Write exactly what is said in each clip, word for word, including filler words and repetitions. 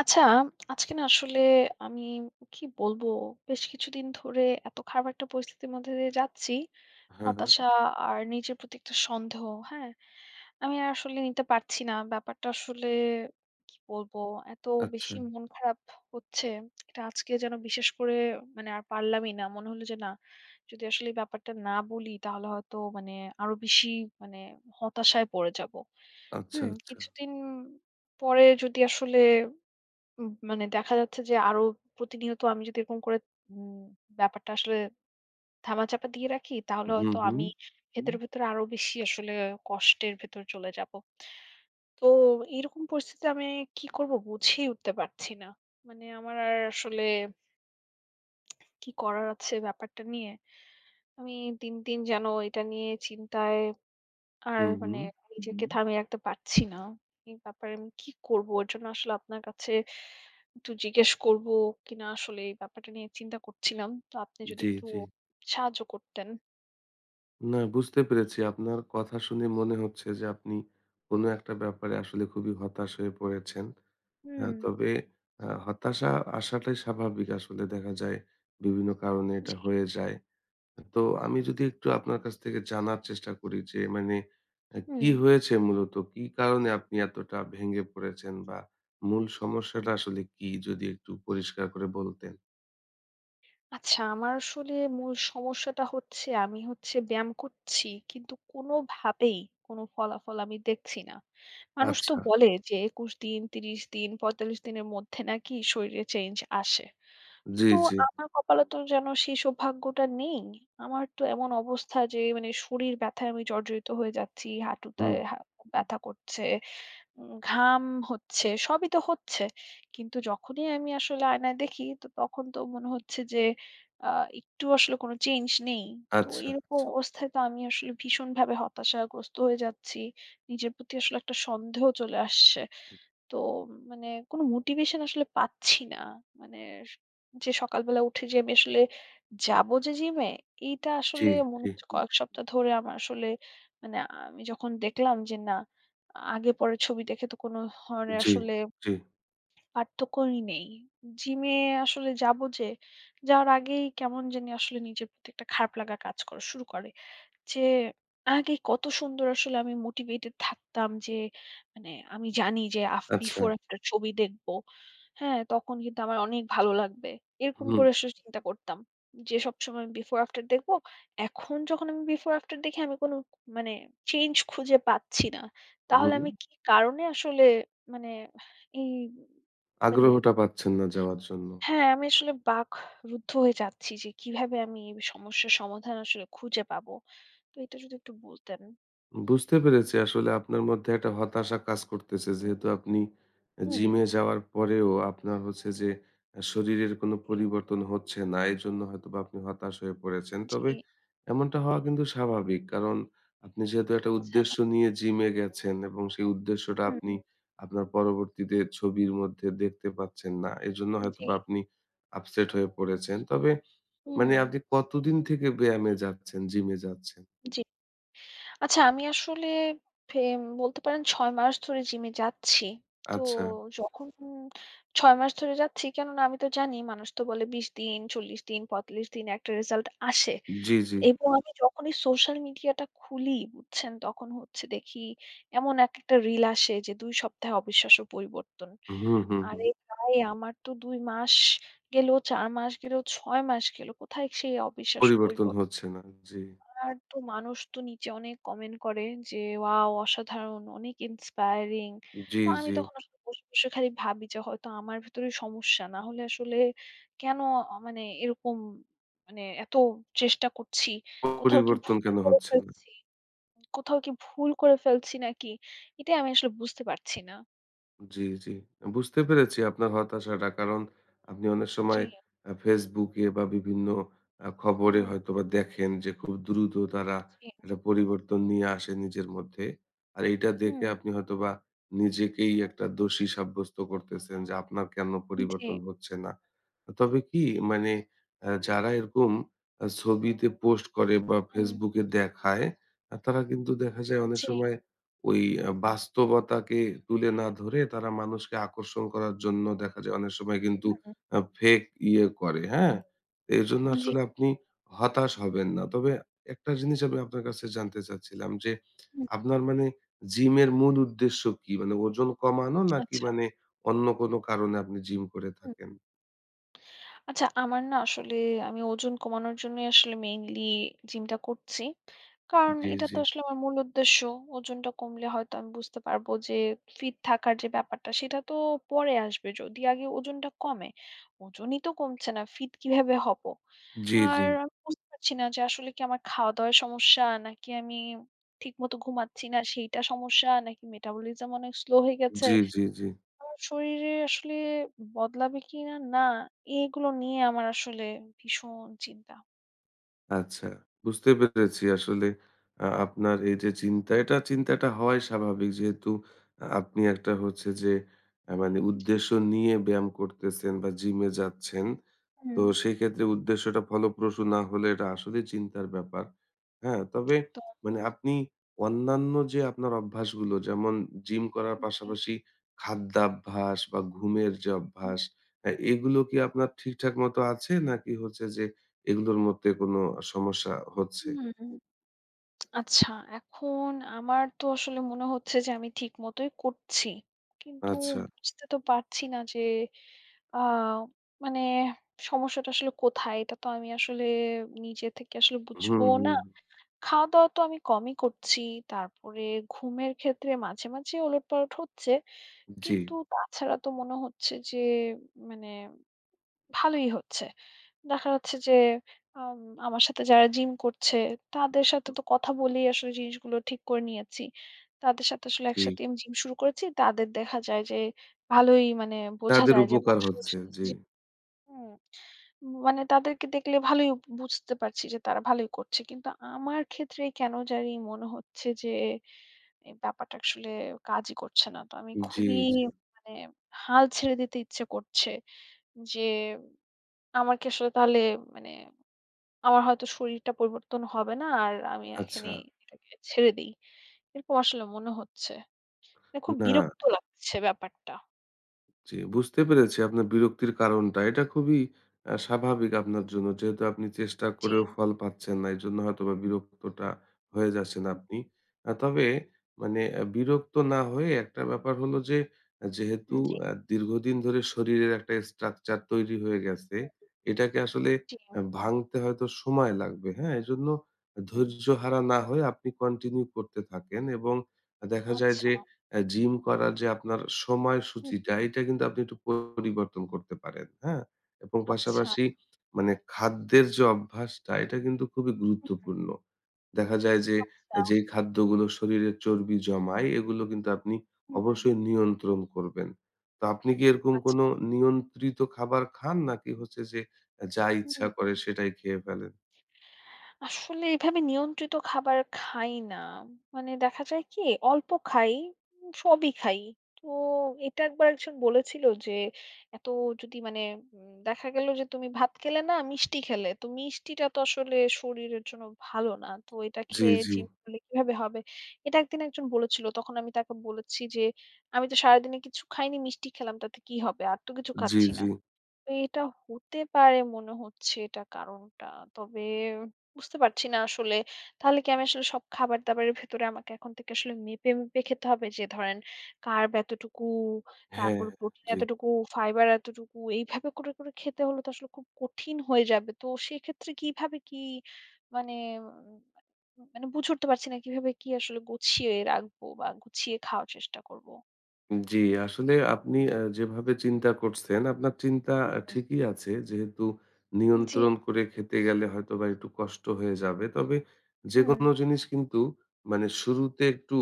আচ্ছা, আজকে না আসলে আমি কি বলবো? বেশ কিছুদিন ধরে এত খারাপ একটা পরিস্থিতির মধ্যে দিয়ে যাচ্ছি। হ্যাঁ, হ্যাঁ। হতাশা আর নিজের প্রতি একটা সন্দেহ, হ্যাঁ? আমি আর আসলে নিতে পারছি না। ব্যাপারটা আসলে কি বলবো? এত আচ্ছা, বেশি মন খারাপ হচ্ছে। এটা আজকে যেন বিশেষ করে মানে আর পারলামই না। মনে হলো যে না, যদি আসলে এই ব্যাপারটা না বলি তাহলে হয়তো মানে আরো বেশি মানে হতাশায় পড়ে যাবো। আচ্ছা, হুম? আচ্ছা। কিছুদিন পরে যদি আসলে উম মানে দেখা যাচ্ছে যে আরো প্রতিনিয়ত আমি যদি এরকম করে উম ব্যাপারটা আসলে ধামাচাপা দিয়ে রাখি, তাহলে হুম, হয়তো হুম, আমি হুম। ভেতরে, ভেতরে আরো বেশি আসলে কষ্টের ভেতর চলে যাব। তো এরকম পরিস্থিতিতে আমি কি করব বুঝেই উঠতে পারছি না। মানে আমার আর আসলে কি করার আছে ব্যাপারটা নিয়ে। আমি দিন, দিন যেন এটা নিয়ে চিন্তায় আর হুম, হুম। মানে নিজেকে হুম। থামিয়ে রাখতে পারছি না। এই ব্যাপারে আমি কি করব? এর জন্য আসলে আপনার কাছে একটু জিজ্ঞেস করবো কিনা আসলে এই ব্যাপারটা নিয়ে চিন্তা করছিলাম। তো আপনি যদি জি, একটু জি। সাহায্য করতেন। না বুঝতে পেরেছি। আপনার কথা শুনে মনে হচ্ছে যে আপনি কোনো একটা ব্যাপারে আসলে খুবই হতাশ হয়ে পড়েছেন। হুম, হ্যাঁ, তবে আ হতাশা আসাটাই স্বাভাবিক আসলে দেখা যায় বিভিন্ন কারণে এটা জি। হয়ে যায়। তো আমি যদি একটু আপনার কাছ থেকে জানার চেষ্টা করি যে মানে আ কি হুম। হয়েছে মূলত? কি কারণে আপনি এতটা ভেঙে পড়েছেন বা মূল সমস্যাটা আসলে কি? যদি একটু পরিষ্কার করে বলতেন। আচ্ছা, আমার আসলে মূল সমস্যাটা হচ্ছে আমি হচ্ছে ব্যায়াম করছি কিন্তু কোনোভাবেই কোনো ফলাফল আমি দেখছি না। মানুষ তো আচ্ছা। বলে যে একুশ দিন, ত্রিশ দিন, পঁয়তাল্লিশ দিনের মধ্যে নাকি শরীরে চেঞ্জ আসে। জি, কিন্তু জি। আমার কপালে তো যেন সেই সৌভাগ্যটা নেই। আমার তো এমন অবস্থা যে মানে শরীর ব্যথায় আমি জর্জরিত হয়ে যাচ্ছি, হাঁটুতে হুম। হা ব্যথা করছে। উম ঘাম হচ্ছে, সবই তো হচ্ছে। কিন্তু যখনই আমি আসলে আয়নায় দেখি তো তখন তো মনে হচ্ছে যে আ একটু আসলে কোনো চেঞ্জ নেই। তো আচ্ছা, এরকম আচ্ছা। অবস্থায় তো আমি আসলে ভীষণভাবে হতাশাগ্রস্ত হয়ে যাচ্ছি। নিজের প্রতি আসলে একটা সন্দেহ চলে আসছে। তো মানে কোনো মোটিভেশন আসলে পাচ্ছি না। মানে স যে সকালবেলা উঠে যে আমি আসলে যাবো যে জিমে এইটা জি, আসলে মনে জি, হচ্ছে হুম। কয়েক সপ্তাহ ধরে আমার আসলে মানে আমি যখন দেখলাম যে না আগে পরের ছবি দেখে তো কোনো ধরনের জি, আসলে জি। পার্থক্যই নেই। জিমে আসলে যাবো যে, যাওয়ার আগেই কেমন জানি আসলে নিজের প্রতি একটা খারাপ লাগা কাজ করা শুরু করে। যে আগে কত সুন্দর আসলে আমি মোটিভেটেড থাকতাম যে মানে আমি জানি যে আফ আচ্ছা। বিফোর আফটার ছবি দেখবো। হ্যাঁ? তখন কিন্তু আমার অনেক ভালো লাগবে। এরকম হুম, করে আসলে চিন্তা করতাম। যে সবসময় বিফোর আফটার দেখবো। এখন যখন আমি বিফোর আফটার দেখি আমি কোনো মানে চেঞ্জ খুঁজে পাচ্ছি না। তাহলে হুম। আমি কি কারণে আসলে মানে এই মানে আগ্রহটা পাচ্ছেন না যাওয়ার জন্য। হ্যাঁ, আমি আসলে বাকরুদ্ধ হয়ে যাচ্ছি যে কিভাবে আমি এই সমস্যার সমাধান আসলে খুঁজে পাবো। তো এটা যদি একটু বলতেন। বুঝতে পেরেছি আসলে আপনার মধ্যে একটা হতাশা কাজ করতেছে যেহেতু আপনি হুম। হুম। জিমে যাওয়ার পরেও আপনার হচ্ছে যে আহ, শরীরের কোনো পরিবর্তন হচ্ছে না এই জন্য হয়তো বা আপনি হতাশ হয়ে পড়েছেন তবে ঠিক। জি, এমনটা হওয়া কিন্তু স্বাভাবিক কারণ আপনি যেহেতু একটা আচ্ছা। উদ্দেশ্য নিয়ে জিমে গেছেন এবং সেই উদ্দেশ্যটা আপনি হুম, আপনার পরবর্তীতে ছবির মধ্যে দেখতে পাচ্ছেন না এই জন্য হয়তো জি, বা আপনি আপসেট হয়ে পড়েছেন তবে মানে হুম, আপনি কতদিন থেকে ব্যায়ামে যাচ্ছেন জিমে যাচ্ছেন জি। আচ্ছা, আমি আসলে ফেম বলতে পারেন ছয় মাস ধরে জিমে যাচ্ছি। তো আচ্ছা যখন ছয় মাস ধরে যাচ্ছি, কেননা আমি তো জানি মানুষ তো বলে বিশ দিন, চল্লিশ দিন, পঁয়তাল্লিশ দিন একটা রেজাল্ট আসে। জি জি এবং আমি যখনই সোশ্যাল মিডিয়াটা খুলি, বুঝছেন? তখন হচ্ছে দেখি এমন একেকটা রিল আসে যে দুই সপ্তাহে অবিশ্বাস্য পরিবর্তন। হুম, হুম, হুম। আরে ভাই! আমার তো দুই মাস গেল, চার মাস গেল, ছয় মাস গেল। কোথায় সেই অবিশ্বাস্য পরিবর্তন পরিবর্তন? হচ্ছে না। জি, আর তো মানুষ তো নিচে অনেক কমেন্ট করে যে ওয়াও! অসাধারণ, অনেক ইন্সপায়ারিং। জি, তো আমি জি। তখন আসলে বসে, বসে খালি ভাবি যে হয়তো আমার ভেতরে সমস্যা। না হলে আসলে কেন আ মানে এরকম মানে এত চেষ্টা করছি? কোথাও কি পরিবর্তন ভুল কেন করে হচ্ছে না? ফেলছি? কোথাও কি ভুল করে ফেলছি নাকি? এটাই আমি আসলে বুঝতে পারছি না। জি, জি। বুঝতে পেরেছি আপনার হতাশাটা। কারণ আপনি অনেক জি, সময় আ Facebook এ বা বিভিন্ন আ খবরে হুম, হয়তোবা দেখেন যে খুব দ্রুত তারা জি, একটা পরিবর্তন নিয়ে আসে নিজের মধ্যে। আর এইটা দেখে হুম, আপনি হয়তোবা নিজেকেই একটা দোষী সাব্যস্ত করতেছেন যে আপনার কেন জি, পরিবর্তন হচ্ছে না। তবে কি মানে আ যারা এরকম আ ছবিতে পোস্ট করে বা হুম, Facebook এ দেখায় আ তারা কিন্তু দেখা যায় অনেক জি, সময় ওই আ বাস্তবতাকে তুলে না ধরে তারা মানুষকে আকর্ষণ করার জন্য দেখা যায় অনেক সময় কিন্তু হুম, আ ফেক ইয়ে করে, হ্যাঁ? এজন্য জি, আসলে আপনি হতাশ হবেন না। তবে একটা জিনিস আমি আপনার কাছে জানতে চাচ্ছিলাম যে, হুম, আপনার মানে জিমের মূল উদ্দেশ্য কি? মানে ওজন কমানো নাকি আচ্ছা, মানে অন্য কোনো কারণে আপনি জিম করে থাকেন? হুম। আচ্ছা, আমার না আসলে আমি ওজন কমানোর জন্যই আসলে মেইনলি জিমটা করছি। কারণ জি, এটা জি। তো আসলে আমার মূল উদ্দেশ্য। ওজনটা কমলে হয়তো আমি বুঝতে পারবো যে ফিট থাকার যে ব্যাপারটা সেটা তো পরে আসবে যদি আগে ওজনটা কমে। ওজনই তো কমছে না, ফিট কিভাবে হবো? জি, জি। আর আমি বুঝতে পারছি না যে আসলে কি আমার খাওয়া-দাওয়ার সমস্যা নাকি আমি ঠিকমতো ঘুমাচ্ছি না সেইটা সমস্যা নাকি মেটাবলিজম অনেক স্লো হয়ে গেছে। জি, জি, জি। আমার শরীরে আসলে বদলাবে কিনা না, না, এগুলো নিয়ে আমার আসলে ভীষণ চিন্তা। আচ্ছা, বুঝতে পেরেছি। আসলে আ আপনার এই যে চিন্তা, এটা চিন্তাটা হওয়াই স্বাভাবিক। যেহেতু আ আপনি একটা হচ্ছে যে আ মানে উদ্দেশ্য নিয়ে ব্যায়াম করতেছেন বা জিমে যাচ্ছেন। তো হুম। সেক্ষেত্রে উদ্দেশ্যটা ফলপ্রসূ না হলে এটা আসলে চিন্তার ব্যাপার। হ্যাঁ? তবে তো মানে আপনি অন্যান্য যে আপনার অভ্যাসগুলো যেমন জিম করার যে পাশাপাশি খাদ্যাভ্যাস বা ঘুমের যে হুম। অভ্যাস, আ এগুলো কি আপনার ঠিকঠাক মতো আছে? নাকি হচ্ছে যে এগুলোর মধ্যে কোনো সমস্যা হচ্ছে? হুম, আচ্ছা এখন আমার তো আসলে মনে হচ্ছে যে আমি ঠিক মতোই করছি। কিন্তু আচ্ছা। বুঝতে তো পারছি না যে আ মানে সমস্যাটা আসলে কোথায়? এটা তো আমি আসলে নিজে থেকে আসলে হুম, বুঝবোও না। হুম। খাওয়া-দাওয়া তো আমি কমই করছি। তারপরে ঘুমের ক্ষেত্রে মাঝে, মাঝে ওলটপালট হচ্ছে। জি, কিন্তু তাছাড়া তো মনে হচ্ছে যে মানে ভালোই হচ্ছে। দেখা যাচ্ছে যে আম আমার সাথে যারা জিম করছে তাদের সাথে তো কথা বলেই আসলে জিনিসগুলো ঠিক করে নিয়েছি। তাদের সাথে আসলে জি। একসাথে আমি জিম শুরু করেছি। তাদের দেখা যায় যে ভালোই মানে বোঝা তাদের যায় যে উপকার হচ্ছে। মাংসপেশি জি, জি হুম। মানে তাদেরকে দেখলে ভালোই বুঝতে পারছি যে তারা ভালোই করছে। কিন্তু আমার ক্ষেত্রেই কেন জানি মনে হচ্ছে যে এই ব্যাপারটা আসলে কাজই করছে না। তো আমি জি, খুবই জি। মানে হাল ছেড়ে দিতে ইচ্ছে করছে যে, আমার কি আসলে তাহলে মানে আমার হয়তো শরীরটা পরিবর্তন হবে না আর আমি আচ্ছা। এখানেই এটাকে ছেড়ে দেই। এরকম আসলে মনে হচ্ছে। মানে খুব না। বিরক্ত লাগছে ব্যাপারটা। জি, বুঝতে পেরেছি আপনার বিরক্তির কারণটা। এটা খুবই আ স্বাভাবিক আপনার জন্য। যেহেতু আপনি চেষ্টা জি, করেও ফল পাচ্ছেন না, এজন্য হয়তোবা বিরক্তটা হয়ে যাচ্ছেন হুম, আপনি। আ তবে মানে আ বিরক্ত না হয়ে একটা ব্যাপার হলো যে, আ যেহেতু জি, আ দীর্ঘদিন ধরে শরীরের একটা স্ট্রাকচার তৈরি হয়ে গেছে, হুম, এটাকে আসলে জি, আ ভাঙতে হয়তো সময় লাগবে, হ্যাঁ? এজন্য হুম, ধৈর্য হারা না হয়ে আপনি কন্টিনিউ করতে থাকেন এবং আ দেখা যায় আচ্ছা, যে অ্যা জিম করার যে আপনার হুম, সময়সূচিটা এটা কিন্তু আপনি একটু পরিবর্তন করতে পারেন, হ্যাঁ? এবং আচ্ছা, পাশাপাশি মানে খাদ্যের যে অভ্যাসটা এটা কিন্তু খুবই হুম, গুরুত্বপূর্ণ। দেখা যায় যে আচ্ছা, যেই খাদ্যগুলো শরীরে চর্বি জমায় এগুলো কিন্তু আপনি হুম, অবশ্যই নিয়ন্ত্রণ করবেন। তো আপনি কি এরকম আচ্ছা, কোনো নিয়ন্ত্রিত খাবার খান নাকি হচ্ছে যে যা ইচ্ছা হুম। করে সেটাই খেয়ে ফেলেন? আসলে এভাবে নিয়ন্ত্রিত খাবার খাই না। মানে দেখা যায় কি অল্প খাই, উম সবই খাই। তো এটা একবার একজন বলেছিল যে, "এত যদি মানে উম দেখা গেল যে তুমি ভাত খেলে না, মিষ্টি খেলে। তো মিষ্টিটা তো আসলে শরীরের জন্য ভালো না। তো এটা জি, খেয়ে জি। জিম করলে কিভাবে হবে?" এটা একদিন একজন বলেছিল। তখন আমি তাকে বলেছি যে, "আমি তো সারাদিনে কিছু খাইনি, মিষ্টি খেলাম তাতে কি হবে? আর তো কিছু জি, খাচ্ছি না।" জি। এটা হতে পারে মনে হচ্ছে এটা কারণটা। তবে বুঝতে পারছি না আসলে। তাহলে কি আমি আসলে সব খাবার-দাবারের ভেতরে আমাকে এখন থেকে আসলে মেপে, মেপে খেতে হবে? যে ধরেন কার্ব এতটুকু, হ্যাঁ, তারপর হ্যাঁ। প্রোটিন জি। এতটুকু, ফাইবার এতটুকু, এইভাবে করে, করে খেতে হলে তো আসলে খুব কঠিন হয়ে যাবে। তো সেক্ষেত্রে কিভাবে কি মানে উম মানে বুঝে উঠতে পারছি না কিভাবে কি আসলে গুছিয়ে রাখবো বা গুছিয়ে খাওয়ার চেষ্টা করব? জি, আসলে আপনি আ যেভাবে চিন্তা করছেন, আপনার চিন্তা আ হুম, ঠিকই আছে। যেহেতু জি, জি, নিয়ন্ত্রণ করে খেতে গেলে হয়তোবা একটু কষ্ট হয়ে যাবে। তবে হুম, যেকোনো জিনিস কিন্তু মানে শুরুতে একটু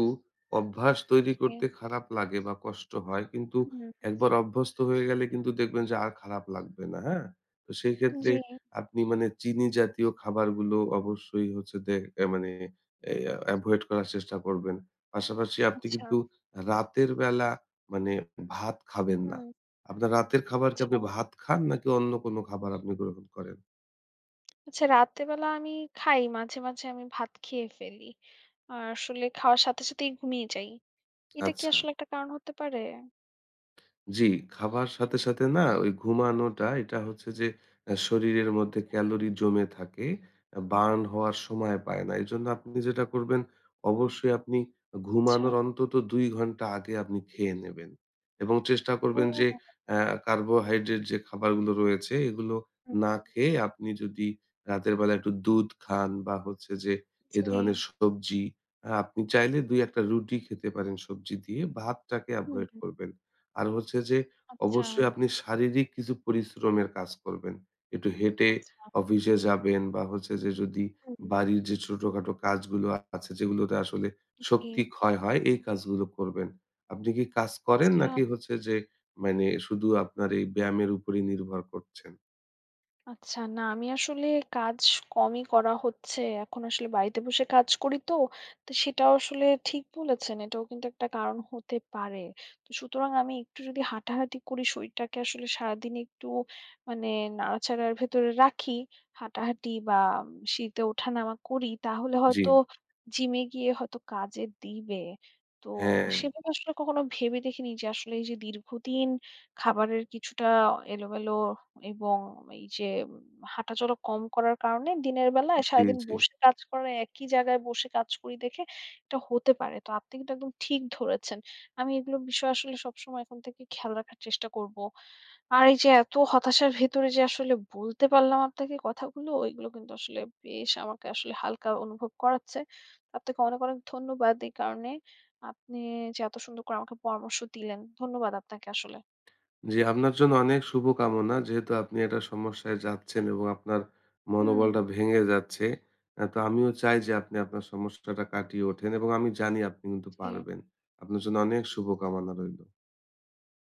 অভ্যাস তৈরি জি, করতে খারাপ লাগে বা কষ্ট হয়। কিন্তু হুম। একবার অভ্যস্ত হয়ে গেলে কিন্তু দেখবেন যে আর খারাপ লাগবে না, হ্যাঁ? তো সেই ক্ষেত্রে জি, আপনি মানে চিনি জাতীয় খাবারগুলো অবশ্যই হচ্ছে দে এ মানে এ এভয়েড করার চেষ্টা করবেন। পাশাপাশি আপনি আচ্ছা। কিন্তু রাতের বেলা মানে ভাত খাবেন না। হুম, আপনার রাতের খাবার কি আচ্ছা। আপনি ভাত খান নাকি অন্য কোনো খাবার আপনি গ্রহণ করেন? আচ্ছা রাতে বেলা আমি খাই। মাঝে, মাঝে আমি ভাত খেয়ে ফেলি। আর আসলে খাওয়ার সাথে সাথেই ঘুমিয়ে যাই। এটা কি আচ্ছা। আসলে একটা কারণ হতে পারে? জি, খাবার সাথে, সাথে না ওই ঘুমানোটা এটা হচ্ছে যে আ শরীরের মধ্যে জি। ক্যালোরি জমে থাকে। আ বার্ন হওয়ার সময় পায় না। এজন্য আপনি যেটা করবেন অবশ্যই আপনি আচ্ছা। ঘুমানোর অন্তত দুই ঘন্টা আগে আপনি খেয়ে নেবেন। এবং চেষ্টা করবেন যে ও! আ কার্বোহাইড্রেট যে খাবারগুলো রয়েছে এগুলো হুম, না খেয়ে আপনি যদি রাতের বেলা একটু দুধ খান বা হচ্ছে যে এ জি। ধরনের সবজি আ আপনি চাইলে দুই এক টা রুটি খেতে পারেন সবজি দিয়ে। ভাতটাকে হুম এভয়েড করবেন। আর হচ্ছে যে আচ্ছা, অবশ্যই আপনি শারীরিক কিছু পরিশ্রমের কাজ করবেন। একটু হেঁটে আচ্ছা। অফিসে যাবেন বা হচ্ছে যে যদি হুম বাড়ির যে ছোটখাটো কাজগুলো আছে যেগুলোতে আসলে জি, শক্তি ক্ষয় হয় এই কাজগুলো করবেন। আপনি কি কাজ করেন আচ্ছা। নাকি হচ্ছে যে মানে শুধু আপনার এই ব্যায়ামের উপরেই নির্ভর করছেন? আচ্ছা, না আমি আসলে কাজ কমই করা হচ্ছে। এখন আসলে বাড়িতে বসে কাজ করি তো। তো সেটাও আসলে ঠিক বলেছেন। এটাও কিন্তু একটা কারণ হতে পারে। তো সুতরাং আমি একটু যদি হাঁটাহাঁটি করি, শরীরটাকে আসলে সারাদিন একটু মানে নাড়াচাড়ার ভেতরে রাখি, হাঁটাহাঁটি বা সিঁড়িতে ওঠানামা করি, তাহলে জি। হয়তো জিমে গিয়ে হয়তো কাজে দিবে। তো হ্যাঁ। সেভাবে আসলে কখনো ভেবে দেখিনি যে আসলে এই যে দীর্ঘদিন খাবারের কিছুটা এলোমেলো এবং এই যে হাঁটাচলা কম করার কারণে দিনের বেলায় জি, সারাদিন জি। বসে কাজ করা একই জায়গায় বসে কাজ করি দেখে এটা হতে পারে। তো আপনি কিন্তু একদম ঠিক ধরেছেন। আমি এগুলো বিষয় আসলে সবসময় এখন থেকে খেয়াল রাখার চেষ্টা করব। আর এই যে এত হতাশার ভেতরে যে আসলে বলতে পারলাম আপনাকে কথাগুলো, এগুলো কিন্তু আসলে বেশ আমাকে আসলে হালকা অনুভব করাচ্ছে। আপনাকে অনেক, অনেক ধন্যবাদ এই কারণে। আপনি যে এত সুন্দর করে আমাকে পরামর্শ দিলেন। ধন্যবাদ আপনাকে আসলে। জি, আপনার জন্য অনেক শুভকামনা। যেহেতু আপনি একটা সমস্যায় যাচ্ছেন এবং আপনার হুম, মনোবলটা ভেঙে যাচ্ছে। অ্যা তো আমিও চাই যে আপনি আপনার সমস্যাটা কাটিয়ে ওঠেন এবং আমি জানি আপনি কিন্তু পারবেন। জি। আপনার জন্য অনেক শুভকামনা রইলো।